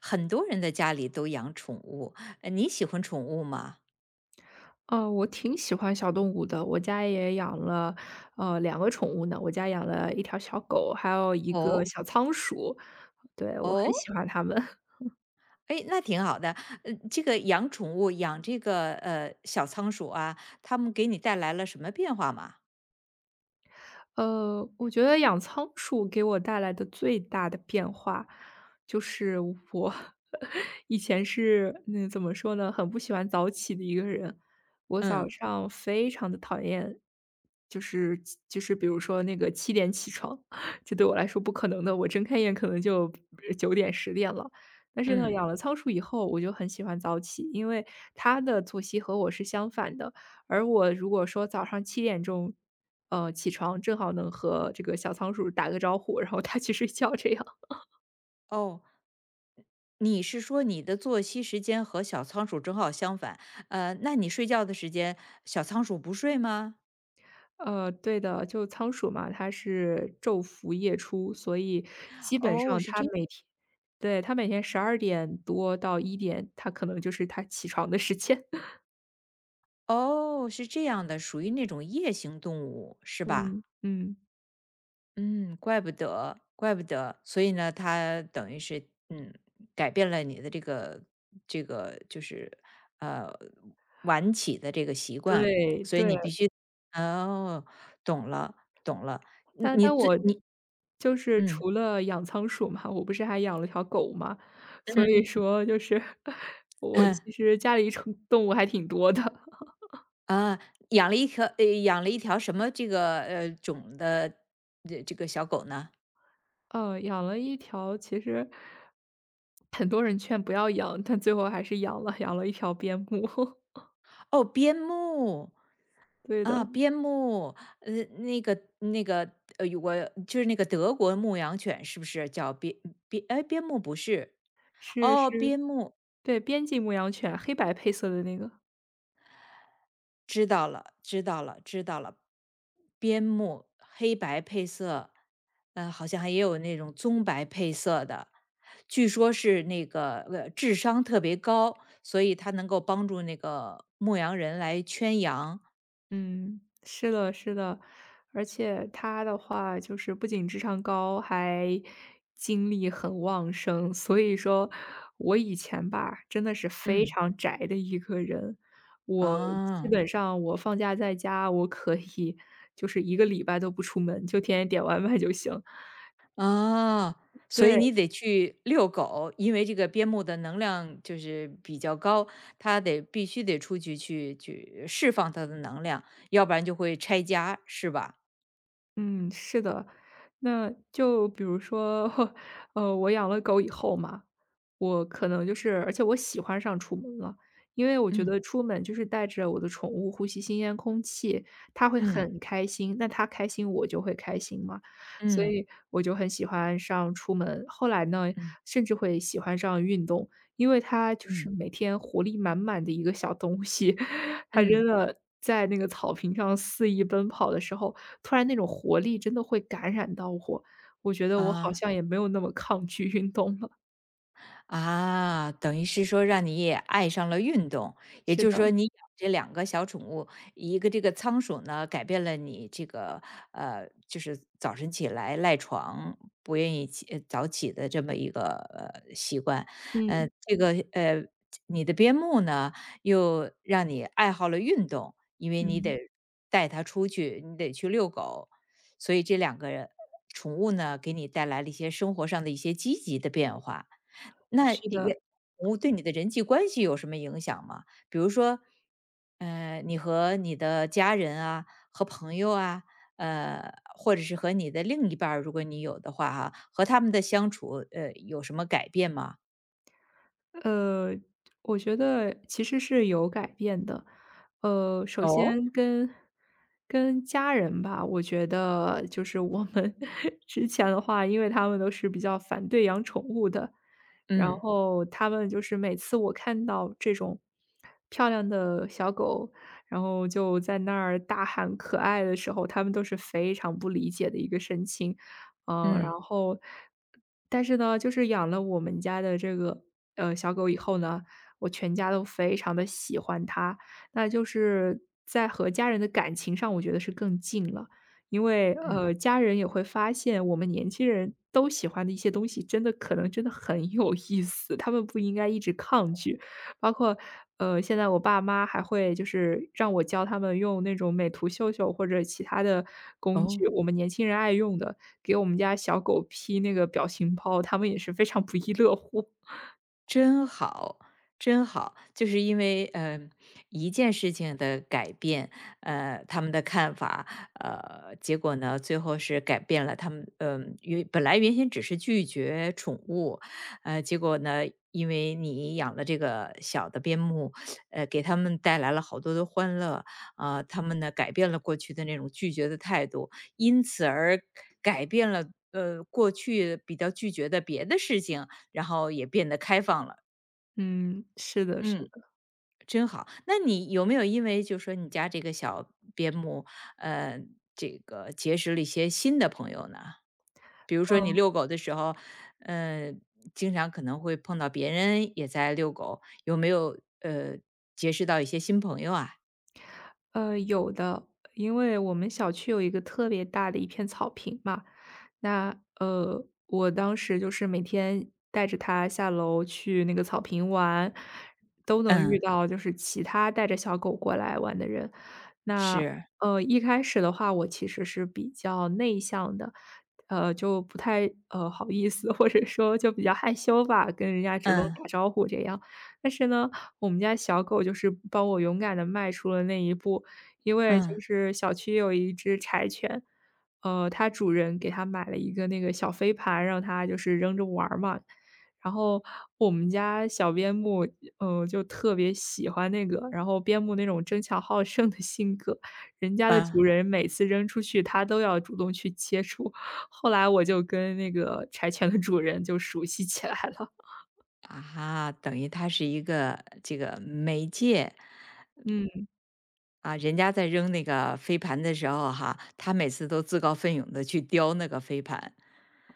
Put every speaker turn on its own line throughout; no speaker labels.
很多人的家里都养宠物，你喜欢宠物吗？
哦，我挺喜欢小动物的，我家也养了，两个宠物呢，我家养了一条小狗，还有一个
哦
小仓鼠，对，我很
哦，
喜欢它们。
哎，那挺好的。这个养宠物，养这个小仓鼠啊，它们给你带来了什么变化吗？
我觉得养仓鼠给我带来的最大的变化，就是我 以前是那怎么说呢，很不喜欢早起的一个人。我
嗯
早上非常的讨厌，就是就是比如说那个七点起床，这对我来说不可能的。我睁开眼可能就9点10点了。但是呢，
嗯，
养了仓鼠以后，我就很喜欢早起，因为它的作息和我是相反的。而我如果说早上7点钟，起床，正好能和这个小仓鼠打个招呼，然后它去睡觉这样。
哦，你是说你的作息时间和小仓鼠正好相反？那你睡觉的时间，小仓鼠不睡吗？
对的，就仓鼠嘛，它是昼伏夜出，所以基本
哦，
上它每天，对，它每天12点多到1点，它可能就是它起床的时间。
哦，是这样的，属于那种夜行动物，是吧？
嗯，嗯，
嗯，怪不得，怪不得。所以呢，它等于是嗯，改变了你的这个就是呃晚起的这个习惯，
对，
所以
对。
你必须。哦，懂了，懂了。你
但
你
但
最
我
你
就是
嗯
除了养仓鼠嘛，我不是还养了条狗嘛，所
嗯
以说就是 我
嗯
其实家里宠动物还挺多的。
啊，养了一条什么这个种的这个小狗呢？
养了一条其实很多人劝不要养，但最后还是养了，养了一条边牧。
哦，边牧。
对
啊，
的，
边牧，那个，我就是那个德国牧羊犬，是不是叫边？哎，边牧不是，
是
哦，
是，
边牧，
对，边境牧羊犬，黑白配色的那个。
知道了，知道了，知道了。边牧黑白配色，好像还也有那种棕白配色的，据说是那个智商特别高，所以它能够帮助那个牧羊人来圈羊。
嗯，是的，是的，而且他的话就是不仅智商高，还精力很旺盛。所以说我以前吧，真的是非
嗯，
常宅的一个人，我基
啊。
本上我放假在家，我可以就是一个礼拜都不出门，就天天点外卖就行。
啊，所以
对，
你得去遛狗，因为这个边牧的能量就是比较高，它得必须得出去释放它的能量，要不然就会拆家，是吧？
嗯，是的。那就比如说，我养了狗以后嘛，我可能就是而且我喜欢上出门了，因为我觉
嗯
得出门就是带着我的宠物呼吸新鲜空气，它会
嗯
很开心，那它开心我就会开心嘛，所
嗯
以我就很喜欢上出门。后来呢，
嗯
甚至会喜欢上运动，因为它就是
嗯
每天活力满满的一个小东西，他
嗯
真的在那个草坪上肆意奔跑的时候，突然那种活力真的会感染到我，我觉得我好
啊。
像也没有那么抗拒运动了。
啊，等于是说让你也爱上了运动，也
是
就是
的，
说你养这两个小宠物，一个这个仓鼠呢，改变了你这个就是早晨起来赖床不愿意起早起的这么一个习惯，
嗯
这个你的边牧呢，又让你爱好了运动，因为你
嗯，
得带它出去，你得去遛狗，所以这两个宠物呢，给你带来了一些生活上的一些积极的变化。那
是的。
也，我对你的人际关系有什么影响吗？比如说，你和你的家人啊，和朋友啊，或者是和你的另一半儿如果你有的话哈、和他们的相处，有什么改变吗？
呃，我觉得其实是有改变的。首
哦，
先跟家人吧，我觉得就是我们 之前的话，因为他们都是比较反对养宠物的，然
嗯
后他们就是每次我看到这种漂亮的小狗，然后就在那儿大喊可爱的时候，他们都是非常不理解的一个神情。然
嗯
后但是呢，就是养了我们家的这个，小狗以后呢，我全家都非常的喜欢它。那就是在和家人的感情上，我觉得是更近了。因为，
嗯，
家人也会发现我们年轻人都喜欢的一些东西，真的可能真的很有意思，他们不应该一直抗拒。包括，现在我爸妈还会就是让我教他们用那种美图秀秀或者其他的工具，
哦。
我们年轻人爱用的，给我们家小狗 P 那个表情包，他们也是非常不亦乐乎。
真好，真好，就是因为一件事情的改变，他们的看法，结果呢，最后是改变了他们，原本来原先只是拒绝宠物，结果呢，因为你养了这个小的边牧，给他们带来了好多的欢乐，啊、他们呢改变了过去的那种拒绝的态度，因此而改变了。过去比较拒绝的别的事情，然后也变得开放了，
嗯，是的是
嗯，
的，
真好。那你有没有因为就说你家这个小边牧，呃，这个结识了一些新的朋友呢？比如说你
嗯。
遛狗的时候，呃，经常可能会碰到别人也在遛狗，有没有结识到一些新朋友啊？
有的，因为我们小区有一个特别大的一片草坪嘛，那我当时就是每天带着它下楼去那个草坪玩，都能遇
嗯，
到就是其他带着小狗过来玩的人。那
是，
一开始的话，我其实是比较内向的，就不太好意思，或者说就比较害羞吧，跟人家主动
嗯
打招呼这样。但是呢，我们家小狗就是帮我勇敢的迈出了那一步，因为就
嗯
是小区有一只柴犬，它主人给它买了一个那个小飞盘，让它就是扔着玩儿嘛。然后我们家小边牧，嗯，就特别喜欢那个，然后边牧那种争强好胜的性格，人家的
嗯
主人每次扔出去，它都要主动去接触。后来我就跟那个柴犬的主人就熟悉起来了。
啊，等于它是一个这个媒介，
嗯，
啊，人家在扔那个飞盘的时候哈，他每次都自告奋勇的去叼那个飞盘，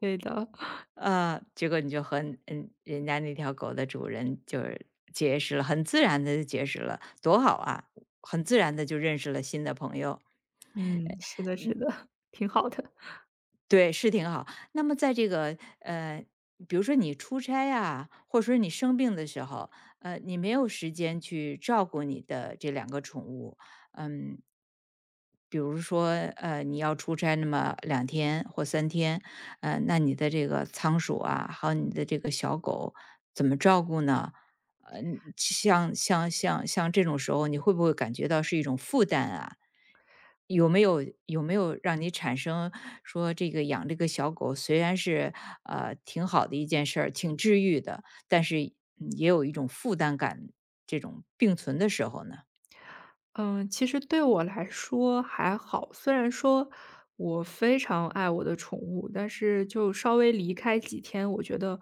对的，
啊，结果你就和人家那条狗的主人就是结识了，很自然的就结识了，多好啊！很自然的就认识了新的朋友，
嗯，是的，是的，挺好的。
对，是挺好。那么在这个，比如说你出差啊，或者说你生病的时候，你没有时间去照顾你的这两个宠物，嗯，比如说，你要出差那么2天或3天，那你的这个仓鼠啊，还有你的这个小狗怎么照顾呢？你像这种时候，你会不会感觉到是一种负担啊？有没有让你产生说这个养这个小狗虽然是挺好的一件事儿，挺治愈的，但是也有一种负担感这种并存的时候呢？
嗯，其实对我来说还好，虽然说我非常爱我的宠物，但是就稍微离开几天，我觉得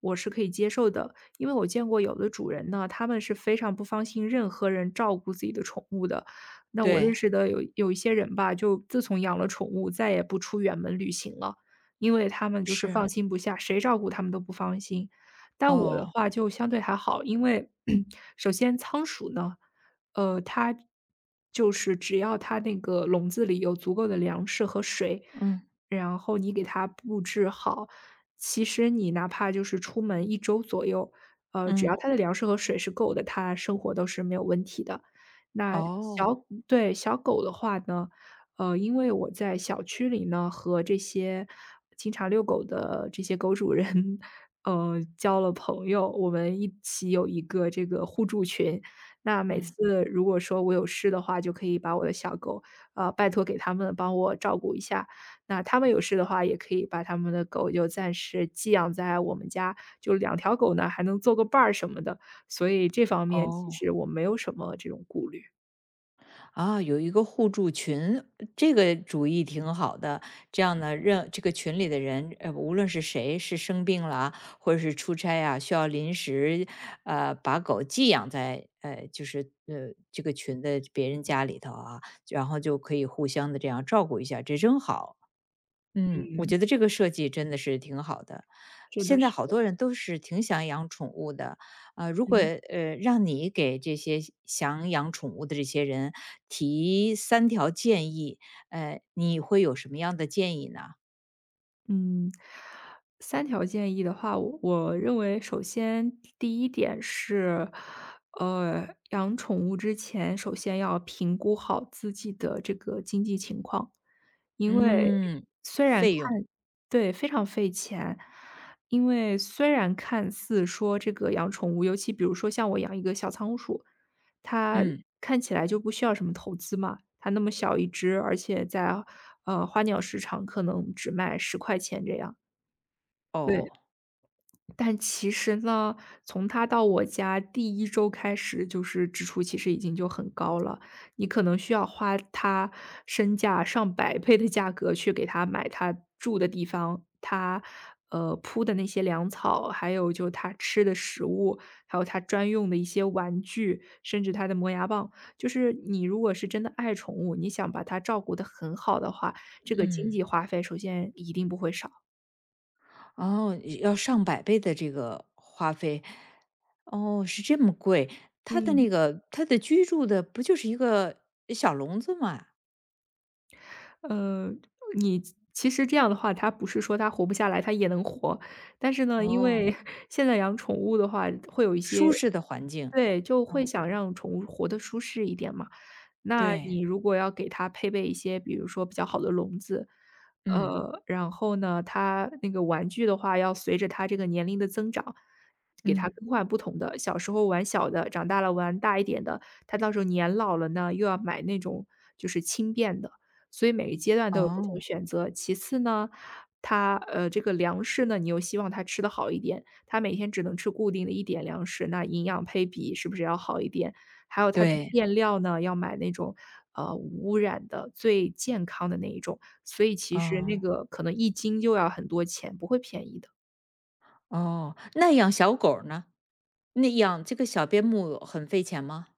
我是可以接受的。因为我见过有的主人呢，他们是非常不放心任何人照顾自己的宠物的。那我认
对，
识的有一些人吧，就自从养了宠物，再也不出远门旅行了，因为他们就是放
是
心不下，谁照顾他们都不放心。但我的
哦，
话就相对还好，因为 首先仓鼠呢。它就是只要它那个笼子里有足够的粮食和水，
嗯。
然后你给它布置好，其实你哪怕就是出门一周左右，只要
嗯，
它的粮食和水是够的，它生活都是没有问题的。
哦，
对，小狗的话呢，因为我在小区里呢，和这些经常遛狗的这些狗主人，交了朋友，我们一起有一个这个互助群。那每
嗯，
次如果说我有事的话，就可以把我的小狗，拜托给他们帮我照顾一下。那他们有事的话，也可以把他们的狗就暂时寄养在我们家，就两条狗呢，还能做个伴儿什么的。所以这方面其
哦，
实我没有什么这种顾虑。
啊，有一个互助群，这个主意挺好的。这样呢，任这个群里的人，无论是谁，是生病了啊或者是出差啊，需要临时，把狗寄养在，就是这个群的别人家里头啊，然后就可以互相的这样照顾一下，这真好。嗯，我觉得这个设计真的是挺好的。
是的，
现在
是
好
的，
多人都是挺想养宠物的，如果
嗯
让你给这些想养宠物的这些人提三条建议，你会有什么样的建议呢？
嗯。三条建议的话，我认为首先第一点是，养宠物之前，首先要评估好自己的这个经济情况。因为
嗯，
虽然看
费用，
对，非常费钱。因为虽然看似说这个养宠物，尤其比如说像我养一个小仓鼠，它
嗯，
看起来就不需要什么投资嘛，它那么小一只，而且在，花鸟市场可能只卖10块钱这样，对。
哦，
但其实呢，从他到我家第一周开始，就是支出其实已经就很高了，你可能需要花他身价上百倍的价格去给他买他住的地方，他，铺的那些粮草，还有就他吃的食物，还有他专用的一些玩具，甚至他的磨牙棒。就是你如果是真的爱宠物，你想把它照顾得很好的话，这个经
嗯，
济花费首先一定不会少。
哦，要上百倍的这个花费，哦，是这么贵？它的
嗯。
那个它的居住的不就是一个小笼子吗？
呃，你其实这样的话，它不是说它活不下来，它也能活。但是呢，因
哦，
为 现在养宠物的话，会有一些，
舒适的环境。
对，就会
嗯，
想让宠物活得舒适一点嘛。那
对，
你如果要给它配备一些，比如说比较好的笼子，
嗯
然后呢，它那个玩具的话，要随着它这个年龄的增长，给它
嗯，
更换不同的。小时候玩小的，长大了玩大一点的，它到时候年老了呢，又要买那种就是轻便的。所以每个阶段都有不
哦，
同选择。其次呢，它这个粮食呢，你又希望它吃的好一点，它每天只能吃固定的一点粮食，那营养配比是不是要好一点？还有它的
对，
面料呢，要买那种，无污染的、最健康的那一种，所以其实那
哦，
个可能1斤就要很多钱，不会便宜的。
哦，那养小狗儿呢？那养这个小边牧很费钱吗？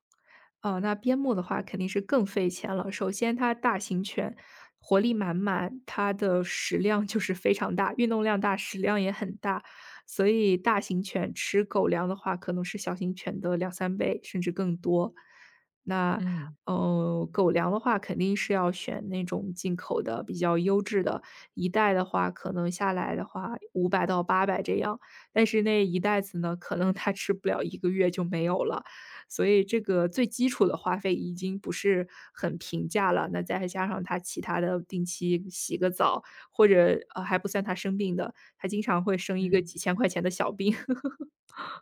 哦，那边牧的话肯定是更费钱了。首先它大型犬，活力满满，它的食量就是非常大，运动量大，食量也很大，所以大型犬吃狗粮的话，可能是小型犬的两三倍，甚至更多。那，
嗯
狗粮的话肯定是要选那种进口的，比较优质的，一袋的话可能下来的话500到800这样，但是那一袋子呢，可能它吃不了一个月就没有了。所以这个最基础的花费已经不是很平价了，那再加上他其他的定期洗个澡，或者，还不算他生病的，他经常会生一个
嗯。
几千块钱的小病。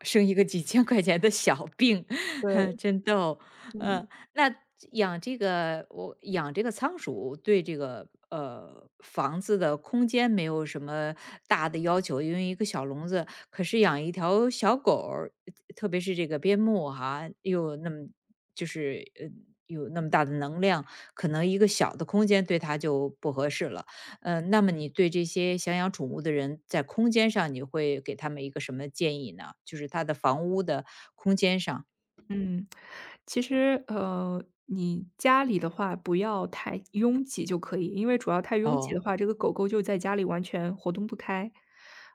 生一个几千块钱的小病，
对。
真逗。
嗯。
呃，那养这个我养这个仓鼠对这个房子的空间没有什么大的要求，因为一个小笼子。可是养一条小狗儿特别是这个边牧哈、又有那么就是有那么大的能量，可能一个小的空间对它就不合适了。嗯，那么你对这些想养宠物的人，在空间上你会给他们一个什么建议呢？就是他的房屋的空间上。
嗯，其实，你家里的话不要太拥挤就可以，因为主要太拥挤
哦，
的话，这个狗狗就在家里完全活动不开。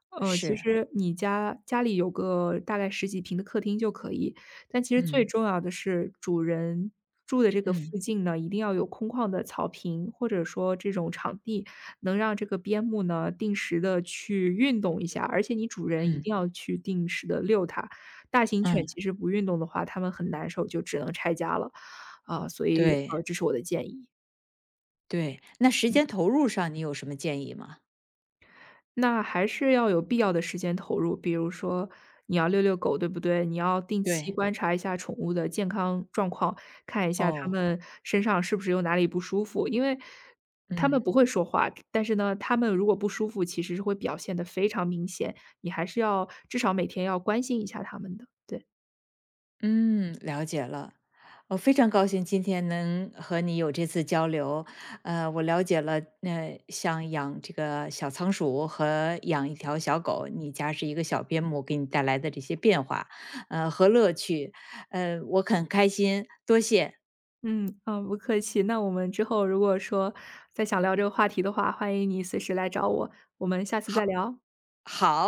其
是，
实你家家里有个大概十几平的客厅就可以，但其实最
嗯
重要的是主人住的这个附
嗯
近呢，一定要有空旷的草坪，或者说这种场地，能让这个边牧呢定时的去运动一下，而且你主人一
嗯
定要去定时的遛它。大型
嗯，
犬其实不运动的话，它们很难受，就只能拆家了。啊，所以，
对
这是我的建议。
对。那时间投入上你有什么建议吗？
那还是要有必要的时间投入，比如说你要遛遛狗，对不对？你要定期
对，
观察一下宠物的健康状况，看一下它
哦，
们身上是不是有哪里不舒服。因为它们
嗯。
不会说话，但是呢，它们如果不舒服，其实是会表现得非常明显，你还是要至少每天要关心一下它们的，对。
嗯，了解了。我非常高兴今天能和你有这次交流。我了解了，那、像养这个小仓鼠和养一条小狗，你家是一个小边牧给你带来的这些变化，和乐趣。我很开心，多谢。
嗯，啊，不客气。那我们之后如果说再想聊这个话题的话，欢迎你随时来找我，我们下次再
好，
聊。
好。